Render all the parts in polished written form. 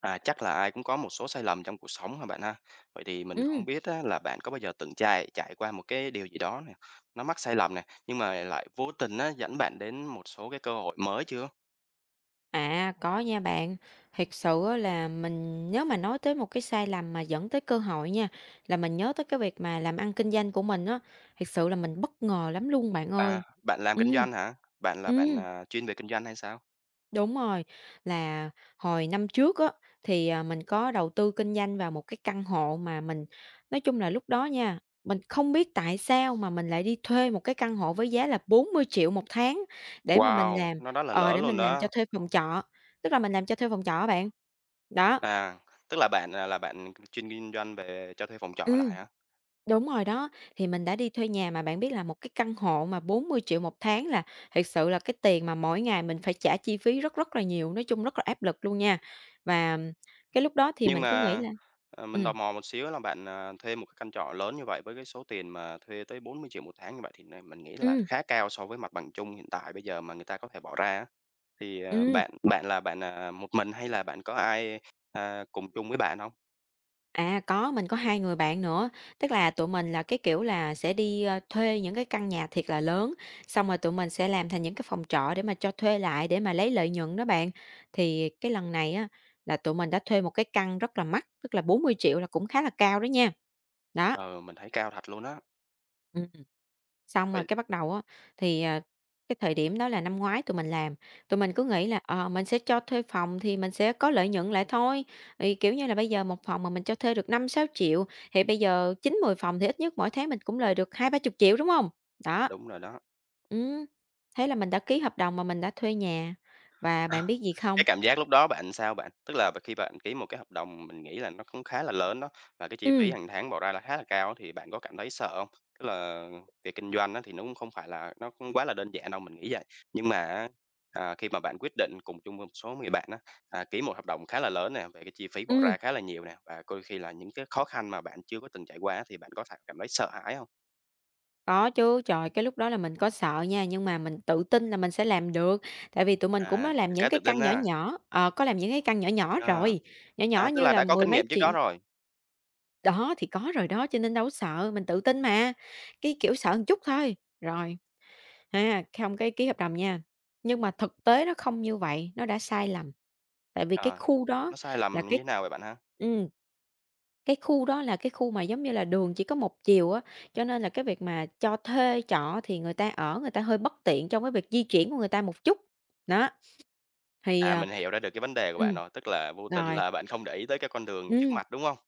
À, chắc là ai cũng có một số sai lầm trong cuộc sống hả bạn ha? Vậy thì mình không Ừm, biết á, là bạn có bao giờ từng trải trải qua một cái điều gì đó nè, nó mắc sai lầm nè, nhưng mà lại vô tình á, dẫn bạn đến một số cái cơ hội mới chưa? Có nha bạn. Thiệt sự á là mình nếu mà nói tới một cái sai lầm mà dẫn tới cơ hội nha, là mình nhớ tới cái việc mà làm ăn kinh doanh của mình á, thiệt sự là mình bất ngờ lắm luôn bạn À, ơi. bạn làm Ừm. kinh doanh hả? Bạn là bạn Ừm. à, chuyên về kinh doanh hay sao? Đúng rồi, là hồi năm trước á, mình có đầu tư kinh doanh vào một cái căn hộ mà mình nói chung là lúc đó nha, mình không biết tại sao mà mình lại đi thuê một cái căn hộ với giá là bốn mươi triệu một tháng để mà mình Wow, làm đó là để lớn luôn mình làm cho đó. thuê phòng trọ, tức là mình làm cho thuê phòng trọ á bạn. Đó, À, tức là bạn chuyên kinh doanh về cho thuê phòng trọ ừ. lại hả? Đúng rồi đó, thì mình đã đi thuê nhà mà bạn biết là một cái căn hộ mà bốn mươi triệu một tháng là thực sự là cái tiền mà mỗi ngày mình phải trả chi phí rất rất là nhiều, nói chung rất là áp lực luôn nha. Và cái lúc đó thì Nhưng mình cứ nghĩ mà, là ờ, mình tò ừm, mò một xíu là bạn, à, thuê một cái căn trọ lớn như vậy với cái số tiền mà thuê tới 40 triệu một tháng như vậy thì mình nghĩ là ừm, khá cao so với mặt bằng chung hiện tại bây giờ mà người ta có thể bỏ ra á. Thì, ờ, ừm. bạn bạn là bạn, à, một mình hay là bạn có ai, à, cùng chung với bạn không? À, có, mình có 2 người bạn nữa, tức là tụi mình là cái kiểu là sẽ đi, thuê những cái căn nhà thiệt là lớn, xong rồi tụi mình sẽ làm thành những cái phòng trọ để mà cho thuê lại để mà lấy lợi nhuận đó bạn. Thì cái lần này á là tụi mình đã thuê một cái căn rất là mắc, tức là bốn mươi triệu là cũng khá là cao đó nha. Đó. Ờ, mình thấy cao thật luôn á. Ừ. Xong rồi Vậy cái bắt đầu á, thì, à, cái thời điểm đó là năm ngoái tụi mình làm, tụi mình cứ nghĩ là, ờ, mình sẽ cho thuê phòng thì mình sẽ có lợi nhuận lại thôi. Thì, kiểu như là, bây giờ một phòng mà mình cho thuê được năm sáu triệu, thì bây giờ chín mười phòng thì ít nhất mỗi tháng mình cũng lời được hai ba chục triệu đúng không? Đó. đúng rồi đó. Ừ, thế là mình đã ký hợp đồng mà mình đã thuê nhà. Và Ờ, bạn biết gì cái không? cảm giác lúc đó bạn sao bạn? Tức là khi bạn ký một cái hợp đồng mình nghĩ là nó cũng khá là lớn đó, và cái chi phí Ừ, hàng tháng bỏ ra là khá là cao á, thì bạn có cảm thấy sợ hông? Tức là việc kinh doanh á thì nó cũng không phải là nó cũng quá là đơn giản đâu, mình nghĩ vậy. Nhưng mà á, à, khi mà bạn quyết định cùng chung với một số người bạn á, à, ký một hợp đồng khá là lớn nè, về cái chi phí bỏ ừ. ra khá là nhiều nè, và đôi khi là những cái khó khăn mà bạn chưa có từng trải qua á, thì bạn có phải cảm thấy sợ hãi hông? Có chứ, trời, cái lúc đó là mình có sợ nha, nhưng mà mình tự tin là mình sẽ làm được, tại vì tụi mình cũng đã À, làm những khá cái tự tin căn nhỏ á. nhỏ, có làm những cái căn nhỏ nhỏ Ờ, rồi, nhỏ nhỏ à, tức như là là đã có mười kinh mấy nghiệm trước triệu đó rồi. đó, thì có rồi đó, cho nên đâu có sợ, mình tự tin mà, cái, kiểu, sợ một chút thôi, rồi, ha, xong cái ký hợp đồng nha. Nhưng mà thực tế nó không như vậy, nó đã sai lầm, tại vì cái Ờ, khu đó nó sai là lầm cái như thế nào vậy bạn ha? ừm. Cái khu đó là cái khu mà giống như là đường chỉ có một chiều á, cho nên là cái việc mà cho thuê trọ thì người ta ở người ta hơi bất tiện trong cái việc di chuyển của người ta một chút. Đó, thì, À, ờ. mình hiểu ra được cái vấn đề của bạn Ừm, rồi, tức là vô tình rồi, là bạn không để ý tới cái con đường trước ừ. mặt, đúng không?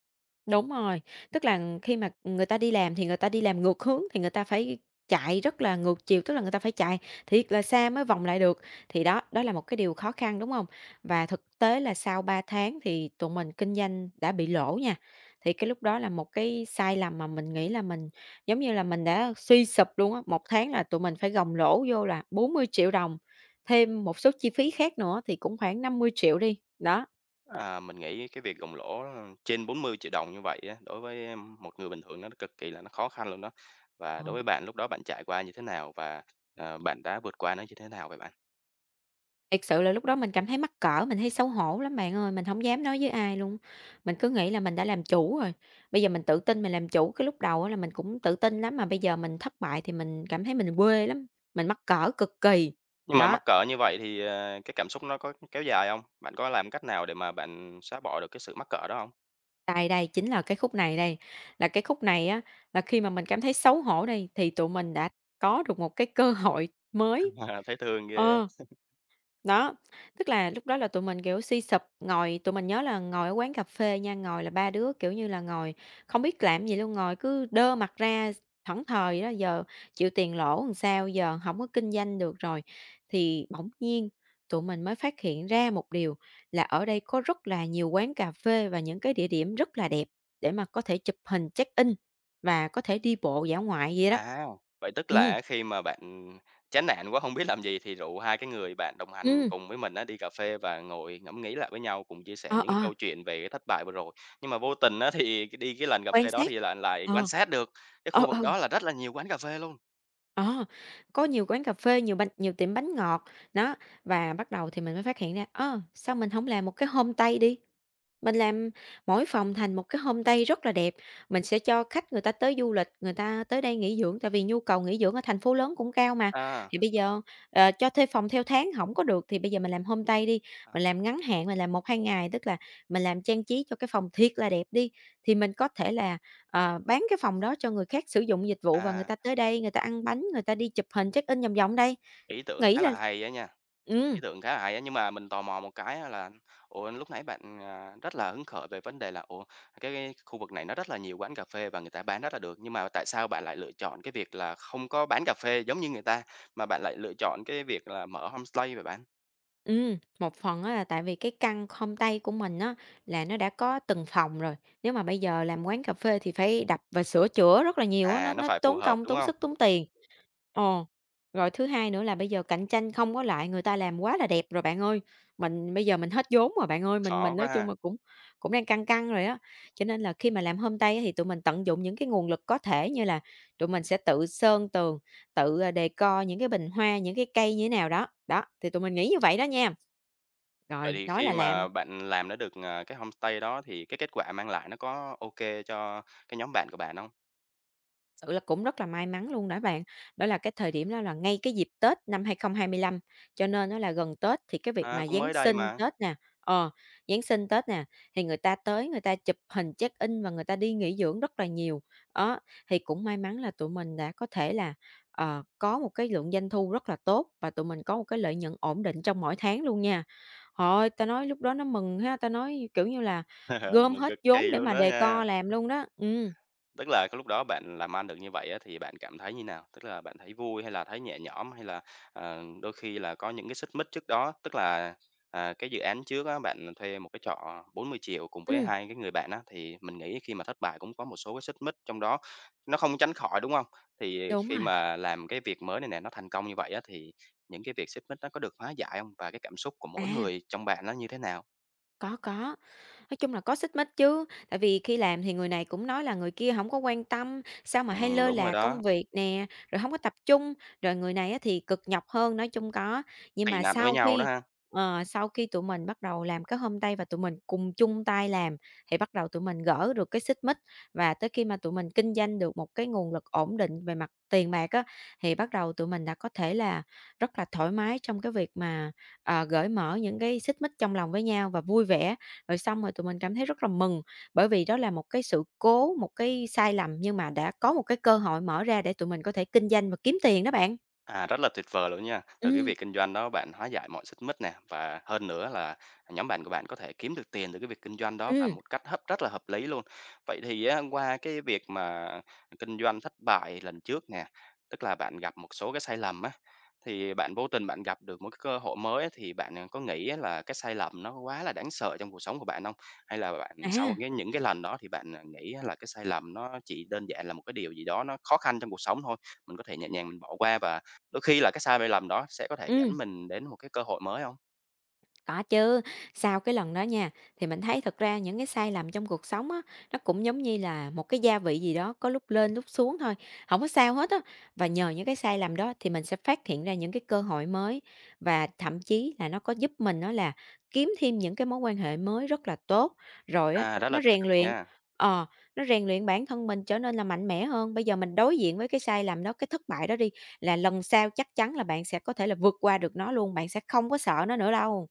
Đúng rồi, tức là khi mà người ta đi làm thì người ta đi làm ngược hướng, thì người ta phải chạy rất là ngược chiều, tức là người ta phải chạy thiệt là xa mới vòng lại được. Thì đó, đó là một cái điều khó khăn, đúng không? Và thực tế là sau 3 tháng thì tụi mình kinh doanh đã bị lỗ nha. Thì cái lúc đó là một cái sai lầm mà mình nghĩ là mình giống như là mình đã suy sụp luôn á, một tháng là tụi mình phải gồng lỗ vô là bốn mươi triệu đồng, thêm một số chi phí khác nữa thì cũng khoảng năm mươi triệu đi, đó. À. À, mình nghĩ cái việc gồng lỗ trên 40 triệu đồng như vậy á, đối với, một người bình thường nó cực kỳ là nó khó khăn luôn đó. Ờ. Và đối với bạn lúc đó bạn trải qua như thế nào và, bạn đã vượt qua nó như thế nào vậy bạn? Thiệt sự là lúc đó mình cảm thấy mắc cỡ, mình thấy xấu hổ lắm bạn ơi, mình không dám nói với ai luôn. Mình cứ nghĩ là mình đã làm chủ rồi, bây giờ mình tự tin mình làm chủ, cái lúc đầu á là mình cũng tự tin lắm, mà bây giờ mình thất bại thì mình cảm thấy mình quê lắm, mình mắc cỡ cực kỳ. Nhưng mà Đó, mắc cỡ như vậy thì, cái cảm xúc nó có kéo dài không? Bạn có làm cách nào để mà bạn xóa bỏ được cái sự mắc cỡ đó không? đây, đây chính là cái khúc này đây, là cái khúc này á, là khi mà mình cảm thấy xấu hổ đây, thì tụi mình đã có được một cái cơ hội mới. Thấy thương ghê. Ờ. Đó, tức là lúc đó là tụi mình, kiểu, suy sụp, ngồi tụi mình nhớ là ngồi ở quán cà phê nha, ngồi là ba đứa, kiểu như là, ngồi không biết làm gì luôn, ngồi cứ đơ mặt ra, thẫn thờ vậy đó, giờ chịu tiền lỗ làm sao, giờ không có kinh doanh được rồi. Thì bỗng nhiên tụi mình mới phát hiện ra một điều là ở đây có rất là nhiều quán cà phê và những cái địa điểm rất là đẹp để mà có thể chụp hình check-in và có thể đi bộ dã ngoại vậy đó. À, vậy tức là Ừm, á khi mà bạn chán nản quá không biết làm gì thì rủ hai cái người bạn đồng hành ừm, cùng với mình á đi cà phê và ngồi ngẫm nghĩ lại với nhau, cùng chia sẻ ờ, những cái ờ, câu chuyện về cái thất bại vừa rồi. Nhưng mà vô tình á thì cái lần cà quan phê đó sát. thì bạn lại quan Ờ, sát được cái khu ờ. vực đó là rất là nhiều quán cà phê luôn. Ờ, có nhiều quán cà phê, nhiều tiệm bánh ngọt, đó, và bắt đầu thì mình mới phát hiện ra, ơ, sao mình không làm một cái homestay đi? Mình làm mỗi phòng thành một cái homestay rất là đẹp, mình sẽ cho khách người ta tới du lịch, người ta tới đây nghỉ dưỡng, tại vì nhu cầu nghỉ dưỡng ở thành phố lớn cũng cao mà. À, Thì bây giờ, ờ, cho thuê phòng theo tháng không có được, thì bây giờ mình làm homestay đi, à, mình làm ngắn hạn, mình làm một hai ngày, tức là mình làm trang trí cho cái phòng thiệt là đẹp đi, thì mình có thể là, ờ, bán cái phòng đó cho người khác sử dụng dịch vụ và người à, ta tới đây, người ta ăn bánh, người ta đi chụp hình check-in vòng vòng đây. ý tưởng Nghĩ khá là là hay á nha. ừ. Ý tưởng khá là hay á, nhưng mà mình tò mò một cái á là, ủa, lúc nãy bạn, à, rất là hứng khởi về vấn đề là, ủa, cái khu vực này nó rất là nhiều quán cà phê và người ta bán rất là được, nhưng mà tại sao bạn lại lựa chọn cái việc là không có bán cà phê giống như người ta, mà bạn lại lựa chọn cái việc là mở homestay vậy bạn? Một phần á là tại vì cái căn home tây của mình á là nó đã có từng phòng rồi. Nếu mà bây giờ làm quán cà phê thì phải đập và sửa chữa rất là nhiều á, nó À, nó nó phải phù tốn hợp, công, đúng tốn không? sức, tốn tiền. Ồ, rồi thứ hai nữa là bây giờ cạnh tranh không có lại, người ta làm quá là đẹp rồi bạn ơi. Mình bây giờ mình hết vốn rồi bạn ơi, mình Khó mình quá nói chung ha. là cũng cũng đang căng căng rồi á. Cho nên là khi mà làm homestay á thì tụi mình tận dụng những cái nguồn lực có thể như là tụi mình sẽ tự sơn tường, tự decor những cái bình hoa, những cái cây như thế nào đó. Đó, thì tụi mình nghĩ như vậy đó nha. Vậy Rồi, thì nói khi là làm. mà bạn làm nó được, à, cái homestay đó thì cái kết quả mang lại nó có ok cho cái nhóm bạn của bạn không? Sự là cũng rất là may mắn luôn đó bạn. Đó là cái thời điểm đó là ngay cái dịp Tết năm 2025, cho nên á là gần Tết thì cái việc À, mà cũng Giáng mới đây sinh, mà. Tết nè, Giáng sinh, Tết nè, thì người ta tới người ta chụp hình check-in và người ta đi nghỉ dưỡng rất là nhiều. Đó, thì cũng may mắn là tụi mình đã có thể là, ờ, có một cái lượng doanh thu rất là tốt và tụi mình có một cái lợi nhuận ổn định trong mỗi tháng luôn nha. Thôi ơi, ta nói lúc đó nó mừng ha, ta nói, kiểu như là, gom Mừng hết cực vốn kỳ để luôn mà đó đề co nha. làm luôn đó. Tức là cái lúc đó bạn làm ăn được như vậy á, thì bạn cảm thấy như nào? Tức là bạn thấy vui hay là thấy nhẹ nhõm hay là, ờ, đôi khi là có những cái xích mích trước đó? Tức là, à, cái dự án trước á, bạn thuê một cái trọ 40 triệu cùng với ừm, hai cái người bạn á, thì mình nghĩ khi mà thất bại cũng có một số cái xích mích trong đó, nó không tránh khỏi, đúng không? Thì đúng khi rồi, mà làm cái việc mới này nè, nó thành công như vậy á, thì những cái việc xích mích nó có được hóa giải không? Và cái cảm xúc của mỗi à. người trong bạn nó như thế nào? Có, có. Nói chung là có xích mích chứ, tại vì khi làm thì người này cũng nói là người kia hổng có quan tâm, sao mà hay lơ Đúng rồi là công đó, việc nè, rồi hông có tập trung, rồi người này á thì cực nhọc hơn, nói chung có. Nhưng tị mà nạnh với sau nhau đó khi ha. ờ, sau khi tụi mình bắt đầu làm cái homestay và tụi mình cùng chung tay làm, thì bắt đầu tụi mình gỡ được cái xích mích, và tới khi mà tụi mình kinh doanh được một cái nguồn lực ổn định về mặt tiền bạc á, thì bắt đầu tụi mình đã có thể là rất là thoải mái trong cái việc mà cởi mở những cái xích mích trong lòng với nhau và vui vẻ, rồi xong rồi tụi mình cảm thấy rất là mừng, bởi vì đó là một cái sự cố, một cái sai lầm nhưng mà đã có một cái cơ hội mở ra để tụi mình có thể kinh doanh và kiếm tiền đó bạn. À, rất là tuyệt vời luôn nha. Từ cái ừ việc kinh doanh đó bạn hóa giải mọi xích mích nè và hơn nữa là nhóm bạn của bạn có thể kiếm được tiền từ cái việc kinh doanh đó và ừ một cách rất là hợp lý luôn. Vậy thì á, qua cái việc mà kinh doanh thất bại lần trước nè, tức là bạn gặp một số cái sai lầm á, thì bạn vô tình bạn gặp được một cái cơ hội mới á, thì bạn à, có nghĩ á là cái sai lầm nó quá là đáng sợ trong cuộc sống của bạn không? Hay là bạn sau à, cái những cái lần đó thì bạn à, nghĩ á là cái sai lầm nó chỉ đơn giản là một cái điều gì đó nó khó khăn trong cuộc sống thôi, mình có thể nhẹ nhàng mình bỏ qua và đôi khi là cái sai lầm đó sẽ có thể ừ. dẫn mình đến một cái cơ hội mới không? Có chứ, sau cái lần đó nha, thì mình thấy thật ra những cái sai lầm trong cuộc sống á, nó cũng giống như là một cái gia vị gì đó, có lúc lên lúc xuống thôi, không có sao hết á. Và nhờ những cái sai lầm đó thì mình sẽ phát hiện ra những cái cơ hội mới, và thậm chí là nó có giúp mình á là kiếm thêm những cái mối quan hệ mới rất là tốt. Rồi á, À, rất là nó tích rèn cực luyện nha. ờ, nó rèn luyện bản thân mình trở nên là mạnh mẽ hơn. Bây giờ mình đối diện với cái sai lầm đó, cái thất bại đó đi, là lần sau chắc chắn là bạn sẽ có thể là vượt qua được nó luôn, bạn sẽ không có sợ nó nữa đâu.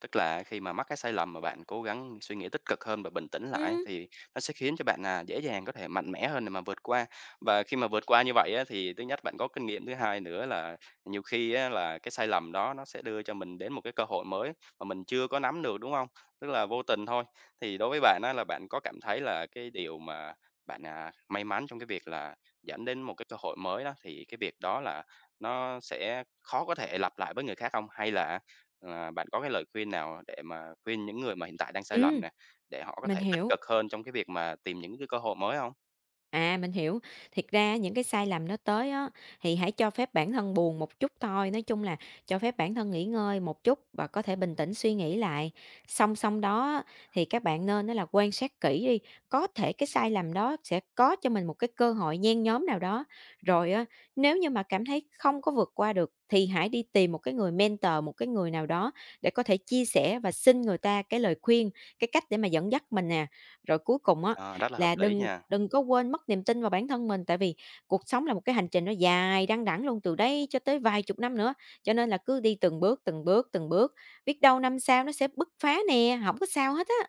Tức là khi mà mắc cái sai lầm mà bạn cố gắng suy nghĩ tích cực hơn và bình tĩnh lại Ừ, thì nó sẽ khiến cho bạn là dễ dàng có thể mạnh mẽ hơn để mà vượt qua. Và khi mà vượt qua như vậy á, thì thứ nhất bạn có kinh nghiệm, thứ hai nữa là nhiều khi á, là cái sai lầm đó nó sẽ đưa cho mình đến một cái cơ hội mới mà mình chưa có nắm được, đúng không? Tức là vô tình thôi. Thì đối với bạn á, là bạn có cảm thấy là cái điều mà bạn, à, may mắn trong cái việc là dẫn đến một cái cơ hội mới đó, thì cái việc đó là nó sẽ khó có thể lặp lại với người khác không? Hay là ờ, bạn có cái lời khuyên nào để mà khuyên những người mà hiện tại đang sai lầm ừm, nè, để họ có mình thể tích hiểu. cực hơn trong cái việc mà tìm những cái cơ hội mới không? À, mình hiểu. Thiệt ra những cái sai lầm nó tới á, thì hãy cho phép bản thân buồn một chút thôi. Nói chung là cho phép bản thân nghỉ ngơi một chút và có thể bình tĩnh suy nghĩ lại. Song song đó á, thì các bạn nên đó là quan sát kỹ đi. Có thể cái sai lầm đó sẽ có cho mình một cái cơ hội nhen nhóm nào đó. Rồi á, nếu như mà cảm thấy không có vượt qua được thì hãy đi tìm một cái người mentor, một cái người nào đó để có thể chia sẻ và xin người ta cái lời khuyên, cái cách để mà dẫn dắt mình nè. Rồi cuối cùng á Ờ, rất là hợp là lý đừng nha. đừng có quên mất niềm tin vào bản thân mình, tại vì cuộc sống là một cái hành trình nó dài đăng đẵng luôn, từ đây cho tới vài chục năm nữa, cho nên là cứ đi từng bước, từng bước, từng bước, biết đâu năm sau nó sẽ bứt phá nè, không có sao hết á.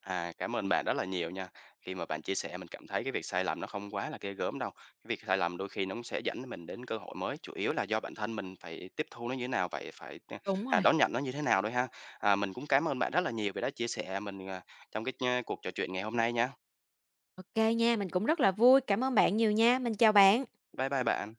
À, cảm ơn bạn rất là nhiều nha. Khi mà bạn chia sẻ mình cảm thấy cái việc sai lầm nó không quá là ghê gớm đâu. Cái việc sai lầm đôi khi nó cũng sẽ dẫn mình đến cơ hội mới, chủ yếu là do bản thân mình phải tiếp thu nó như thế nào, phải phải, Đúng à, rồi, đón nhận nó như thế nào thôi ha. À, mình cũng cảm ơn bạn rất là nhiều vì đã chia sẻ mình, à, trong cái, cuộc trò chuyện ngày hôm nay nha. ok nha, mình cũng rất là vui, cảm ơn bạn nhiều nha, mình chào bạn. Bye bye bạn.